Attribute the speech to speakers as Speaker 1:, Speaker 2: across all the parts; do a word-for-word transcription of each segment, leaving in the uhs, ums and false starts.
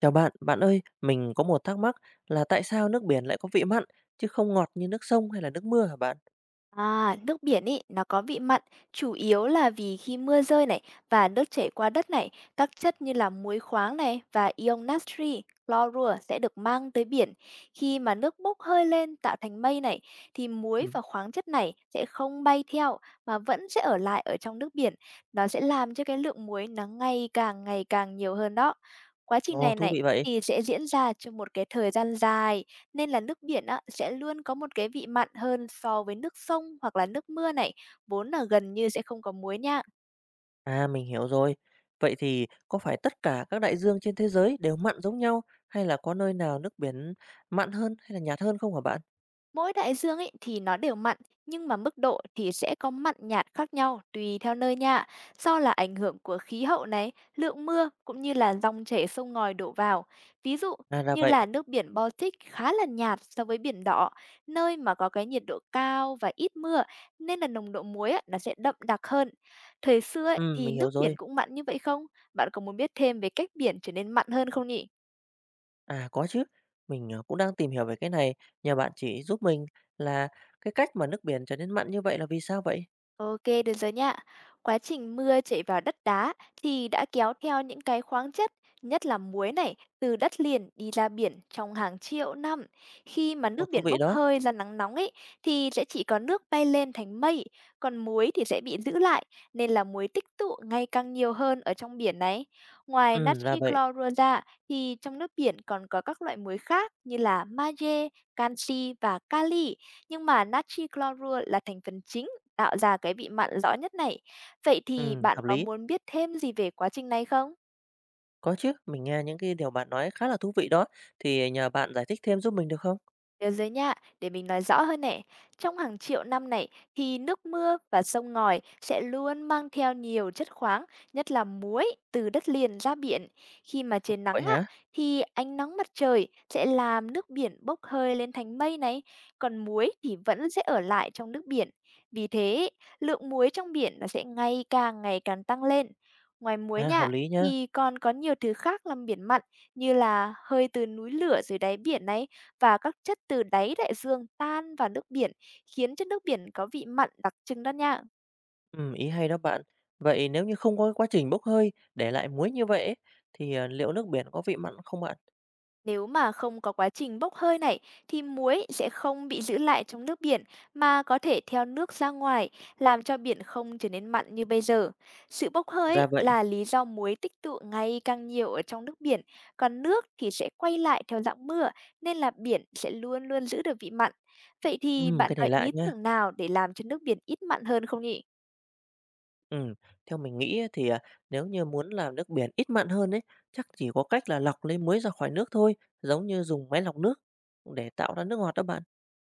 Speaker 1: Chào bạn, bạn ơi, mình có một thắc mắc là tại sao nước biển lại có vị mặn chứ không ngọt như nước sông hay là nước mưa hả bạn?
Speaker 2: À, nước biển ý, nó có vị mặn, chủ yếu là vì khi mưa rơi này và nước chảy qua đất này, các chất như là muối khoáng này và ion natri, clorua sẽ được mang tới biển. Khi mà nước bốc hơi lên tạo thành mây này, thì muối
Speaker 1: Ừ.
Speaker 2: và khoáng chất này sẽ không bay theo mà vẫn sẽ ở lại ở trong nước biển. Nó sẽ làm cho cái lượng muối nó ngày càng ngày càng nhiều hơn đó. Quá trình
Speaker 1: Ồ,
Speaker 2: này
Speaker 1: thú
Speaker 2: này
Speaker 1: vị vậy.
Speaker 2: thì sẽ diễn ra trong một cái thời gian dài, nên là nước biển á, sẽ luôn có một cái vị mặn hơn so với nước sông hoặc là nước mưa này, vốn là gần như sẽ không có muối nha.
Speaker 1: À, mình hiểu rồi. Vậy thì có phải tất cả các đại dương trên thế giới đều mặn giống nhau hay là có nơi nào nước biển mặn hơn hay là nhạt hơn không hả bạn?
Speaker 2: Mỗi đại dương ấy thì nó đều mặn, nhưng mà mức độ thì sẽ có mặn nhạt khác nhau tùy theo nơi nha. Do là ảnh hưởng của khí hậu này, lượng mưa cũng như là dòng chảy sông ngòi đổ vào. Ví dụ
Speaker 1: À, là
Speaker 2: như
Speaker 1: vậy.
Speaker 2: là nước biển Baltic khá là nhạt so với biển đỏ, nơi mà có cái nhiệt độ cao và ít mưa nên là nồng độ muối á, nó sẽ đậm đặc hơn. Thời xưa ấy,
Speaker 1: Ừ,
Speaker 2: thì
Speaker 1: mình hiểu
Speaker 2: nước
Speaker 1: rồi.
Speaker 2: biển cũng mặn như vậy không? Bạn có muốn biết thêm về cách biển trở nên mặn hơn không nhỉ?
Speaker 1: À, có chứ. Mình ờ, cũng đang tìm hiểu về cái này. Nhờ bạn chỉ giúp mình là cái cách mà nước biển trở nên mặn như vậy là vì sao vậy?
Speaker 2: okay, được rồi nha. Quá trình mưa chảy vào đất đá thì đã kéo theo những cái khoáng chất, nhất là muối này, từ đất liền đi ra biển trong hàng triệu năm. Khi mà
Speaker 1: Ồ,
Speaker 2: nước
Speaker 1: thú
Speaker 2: biển
Speaker 1: vị
Speaker 2: bốc
Speaker 1: đó.
Speaker 2: hơi ra nắng nóng ấy thì sẽ chỉ có nước bay lên thành mây, còn muối thì sẽ bị giữ lại nên là muối tích tụ ngày càng nhiều hơn ở trong biển này. Ngoài
Speaker 1: Ừ, là
Speaker 2: natri
Speaker 1: vậy.
Speaker 2: clorua ra thì trong nước biển còn có các loại muối khác như là magie, canxi và kali, nhưng mà natri clorua là thành phần chính tạo ra cái vị mặn rõ nhất này. Vậy thì
Speaker 1: Ừ,
Speaker 2: bạn
Speaker 1: hợp
Speaker 2: có
Speaker 1: lý.
Speaker 2: muốn biết thêm gì về quá trình này không?
Speaker 1: Có chứ, mình nghe những cái điều bạn nói khá là thú vị đó, thì nhờ bạn giải thích thêm giúp mình được không?
Speaker 2: Thế giới nha, để mình nói rõ hơn nè. Trong hàng triệu năm này thì nước mưa và sông ngòi sẽ luôn mang theo nhiều chất khoáng, nhất là muối từ đất liền ra biển. Khi mà trời
Speaker 1: Vậy
Speaker 2: nắng á,
Speaker 1: hả?
Speaker 2: thì ánh nắng mặt trời sẽ làm nước biển bốc hơi lên thành mây này, còn muối thì vẫn sẽ ở lại trong nước biển. Vì thế, lượng muối trong biển nó sẽ ngày càng ngày càng tăng lên. Ngoài muối
Speaker 1: À, hợp
Speaker 2: nha,
Speaker 1: lý nhá.
Speaker 2: thì còn có nhiều thứ khác làm biển mặn như là hơi từ núi lửa dưới đáy biển này và các chất từ đáy đại dương tan vào nước biển, khiến cho nước biển có vị mặn đặc trưng đó nha.
Speaker 1: Ừm, ý hay đó bạn. Vậy nếu như không có cái quá trình bốc hơi, để lại muối như vậy ấy, thì à, liệu nước biển có vị mặn không bạn?
Speaker 2: Nếu mà không có quá trình bốc hơi này thì muối sẽ không bị giữ lại trong nước biển mà có thể theo nước ra ngoài, làm cho biển không trở nên mặn như bây giờ. Sự bốc hơi
Speaker 1: Ra
Speaker 2: ấy
Speaker 1: vậy.
Speaker 2: là lý do muối tích tụ ngày càng nhiều ở trong nước biển, còn nước thì sẽ quay lại theo dạng mưa nên là biển sẽ luôn luôn giữ được vị mặn. Vậy thì
Speaker 1: Ừm,
Speaker 2: bạn
Speaker 1: cái
Speaker 2: có
Speaker 1: này lạ
Speaker 2: ý
Speaker 1: nha.
Speaker 2: tưởng nào để làm cho nước biển ít mặn hơn không nhỉ?
Speaker 1: Ừm, theo mình nghĩ ấy, thì à, nếu như muốn làm nước biển ít mặn hơn ấy, chắc chỉ có cách là lọc lấy muối ra khỏi nước thôi, giống như dùng máy lọc nước để tạo ra nước ngọt đó bạn.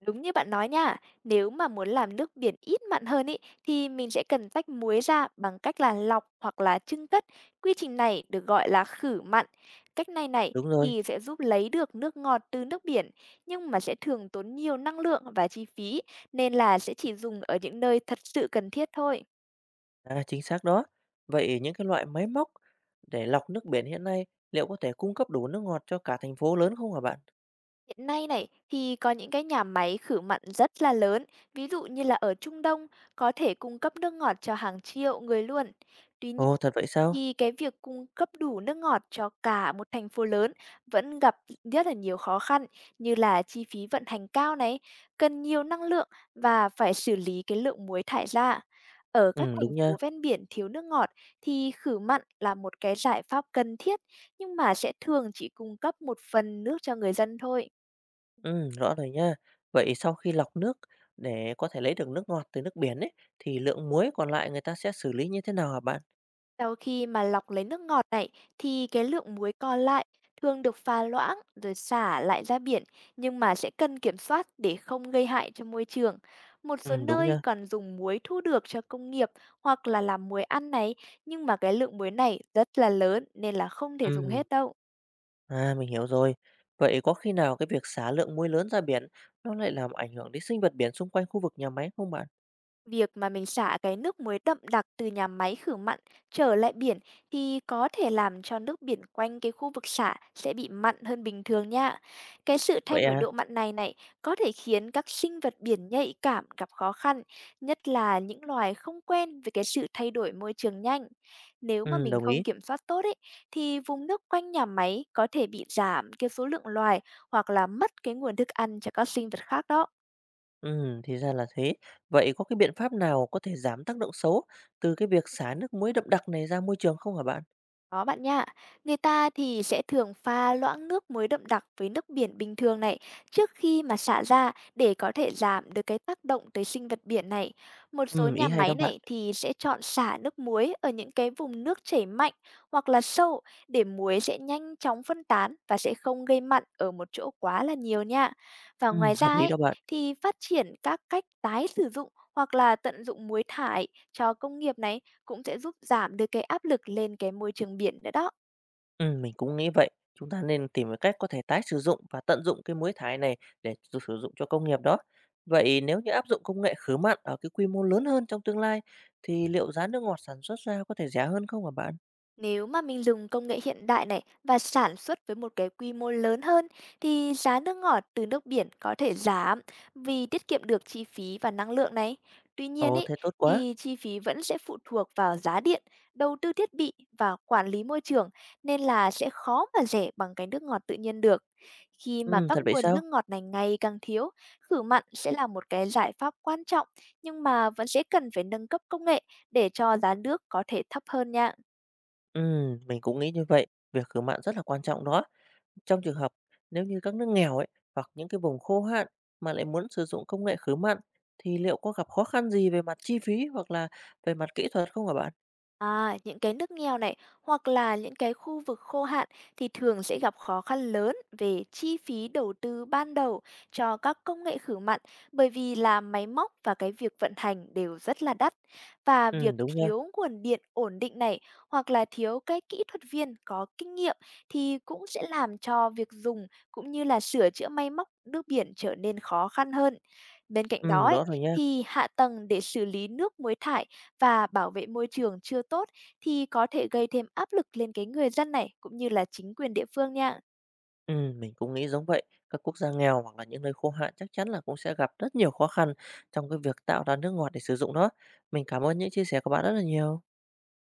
Speaker 2: Đúng như bạn nói nha, nếu mà muốn làm nước biển ít mặn hơn ý, thì mình sẽ cần tách muối ra bằng cách là lọc hoặc là chưng cất. Quy trình này được gọi là khử mặn. Cách này này
Speaker 1: Đúng rồi.
Speaker 2: thì sẽ giúp lấy được nước ngọt từ nước biển, nhưng mà sẽ thường tốn nhiều năng lượng và chi phí, nên là sẽ chỉ dùng ở những nơi thật sự cần thiết thôi.
Speaker 1: À, chính xác đó. Vậy những cái loại máy móc để lọc nước biển hiện nay liệu có thể cung cấp đủ nước ngọt cho cả thành phố lớn không hả bạn?
Speaker 2: Hiện nay này thì có những cái nhà máy khử mặn rất là lớn, ví dụ như là ở Trung Đông có thể cung cấp nước ngọt cho hàng triệu người luôn. Tuy nhiên
Speaker 1: Ồ, thật vậy sao?
Speaker 2: thì cái việc cung cấp đủ nước ngọt cho cả một thành phố lớn vẫn gặp rất là nhiều khó khăn, như là chi phí vận hành cao này, cần nhiều năng lượng và phải xử lý cái lượng muối thải ra. Ở các
Speaker 1: Ừ,
Speaker 2: thành
Speaker 1: đúng nha.
Speaker 2: phố ven biển thiếu nước ngọt thì khử mặn là một cái giải pháp cần thiết, nhưng mà sẽ thường chỉ cung cấp một phần nước cho người dân thôi.
Speaker 1: Ừ, rõ rồi nha. Vậy sau khi lọc nước để có thể lấy được nước ngọt từ nước biển ấy, thì lượng muối còn lại người ta sẽ xử lý như thế nào hả bạn?
Speaker 2: Sau khi mà lọc lấy nước ngọt này thì cái lượng muối còn lại thường được pha loãng rồi xả lại ra biển, nhưng mà sẽ cần kiểm soát để không gây hại cho môi trường. Một số
Speaker 1: Ừ, đúng
Speaker 2: nơi
Speaker 1: nha.
Speaker 2: còn dùng muối thu được cho công nghiệp hoặc là làm muối ăn này, nhưng mà cái lượng muối này rất là lớn nên là không thể dùng
Speaker 1: Ừ,
Speaker 2: hết đâu.
Speaker 1: à, mình hiểu rồi. Vậy có khi nào cái việc xả lượng muối lớn ra biển nó lại làm ảnh hưởng đến sinh vật biển xung quanh khu vực nhà máy không bạn?
Speaker 2: Việc mà mình xả cái nước muối đậm đặc từ nhà máy khử mặn trở lại biển thì có thể làm cho nước biển quanh cái khu vực xả sẽ bị mặn hơn bình thường nha. Cái sự thay
Speaker 1: Vậy
Speaker 2: đổi
Speaker 1: à?
Speaker 2: độ mặn này này có thể khiến các sinh vật biển nhạy cảm gặp khó khăn, nhất là những loài không quen với cái sự thay đổi môi trường nhanh. Nếu mà
Speaker 1: Ừ,
Speaker 2: mình
Speaker 1: đồng ý.
Speaker 2: không kiểm soát tốt ấy, thì vùng nước quanh nhà máy có thể bị giảm cái số lượng loài hoặc là mất cái nguồn thức ăn cho các sinh vật khác đó.
Speaker 1: Ừm, thì ra là thế. Vậy có cái biện pháp nào có thể giảm tác động xấu từ cái việc xả nước muối đậm đặc này ra môi trường không hả bạn?
Speaker 2: Đó bạn nha, người ta thì sẽ thường pha loãng nước muối đậm đặc với nước biển bình thường này trước khi mà xả ra, để có thể giảm được cái tác động tới sinh vật biển này. Một số
Speaker 1: Ừm, ý
Speaker 2: nhà
Speaker 1: hay đó
Speaker 2: máy
Speaker 1: bạn.
Speaker 2: này thì sẽ chọn xả nước muối ở những cái vùng nước chảy mạnh hoặc là sâu, để muối sẽ nhanh chóng phân tán và sẽ không gây mặn ở một chỗ quá là nhiều nha. Và
Speaker 1: Ừm,
Speaker 2: ngoài
Speaker 1: hợp
Speaker 2: ra
Speaker 1: lý
Speaker 2: ấy,
Speaker 1: đó bạn.
Speaker 2: thì phát triển các cách tái sử dụng hoặc là tận dụng muối thải cho công nghiệp này cũng sẽ giúp giảm được cái áp lực lên cái môi trường biển nữa đó.
Speaker 1: Ừm, mình cũng nghĩ vậy. Chúng ta nên tìm cái cách có thể tái sử dụng và tận dụng cái muối thải này để sử sử dụng cho công nghiệp đó. Vậy nếu như áp dụng công nghệ khử mặn ở cái quy mô lớn hơn trong tương lai thì liệu giá nước ngọt sản xuất ra có thể rẻ hơn không hả bạn?
Speaker 2: Nếu mà mình dùng công nghệ hiện đại này và sản xuất với một cái quy mô lớn hơn thì giá nước ngọt từ nước biển có thể giảm vì tiết kiệm được chi phí và năng lượng này. Tuy nhiên
Speaker 1: Ồ,
Speaker 2: ý,
Speaker 1: thế tốt quá.
Speaker 2: thì chi phí vẫn sẽ phụ thuộc vào giá điện, đầu tư thiết bị và quản lý môi trường, nên là sẽ khó mà rẻ bằng cái nước ngọt tự nhiên được. Khi mà
Speaker 1: Ừm,
Speaker 2: các
Speaker 1: thật vậy
Speaker 2: nguồn
Speaker 1: sao?
Speaker 2: nước ngọt này ngày càng thiếu, khử mặn sẽ là một cái giải pháp quan trọng, nhưng mà vẫn sẽ cần phải nâng cấp công nghệ để cho giá nước có thể thấp hơn nha.
Speaker 1: Ừm, mình cũng nghĩ như vậy. Việc khử mặn rất là quan trọng đó. Trong trường hợp nếu như các nước nghèo ấy hoặc những cái vùng khô hạn mà lại muốn sử dụng công nghệ khử mặn thì liệu có gặp khó khăn gì về mặt chi phí hoặc là về mặt kỹ thuật không hả bạn?
Speaker 2: À, những cái nước nghèo này hoặc là những cái khu vực khô hạn thì thường sẽ gặp khó khăn lớn về chi phí đầu tư ban đầu cho các công nghệ khử mặn, bởi vì là máy móc và cái việc vận hành đều rất là đắt. Và
Speaker 1: Ừ,
Speaker 2: việc
Speaker 1: đúng nha.
Speaker 2: thiếu nguồn điện ổn định này hoặc là thiếu cái kỹ thuật viên có kinh nghiệm thì cũng sẽ làm cho việc dùng cũng như là sửa chữa máy móc nước biển trở nên khó khăn hơn. Bên cạnh đó
Speaker 1: Ừ,
Speaker 2: ấy,
Speaker 1: rõ rồi nha.
Speaker 2: thì hạ tầng để xử lý nước muối thải và bảo vệ môi trường chưa tốt thì có thể gây thêm áp lực lên cái người dân này cũng như là chính quyền địa phương nha.
Speaker 1: Ừ, mình cũng nghĩ giống vậy. Các quốc gia nghèo hoặc là những nơi khô hạn chắc chắn là cũng sẽ gặp rất nhiều khó khăn trong cái việc tạo ra nước ngọt để sử dụng đó. Mình cảm ơn những chia sẻ của bạn rất là nhiều.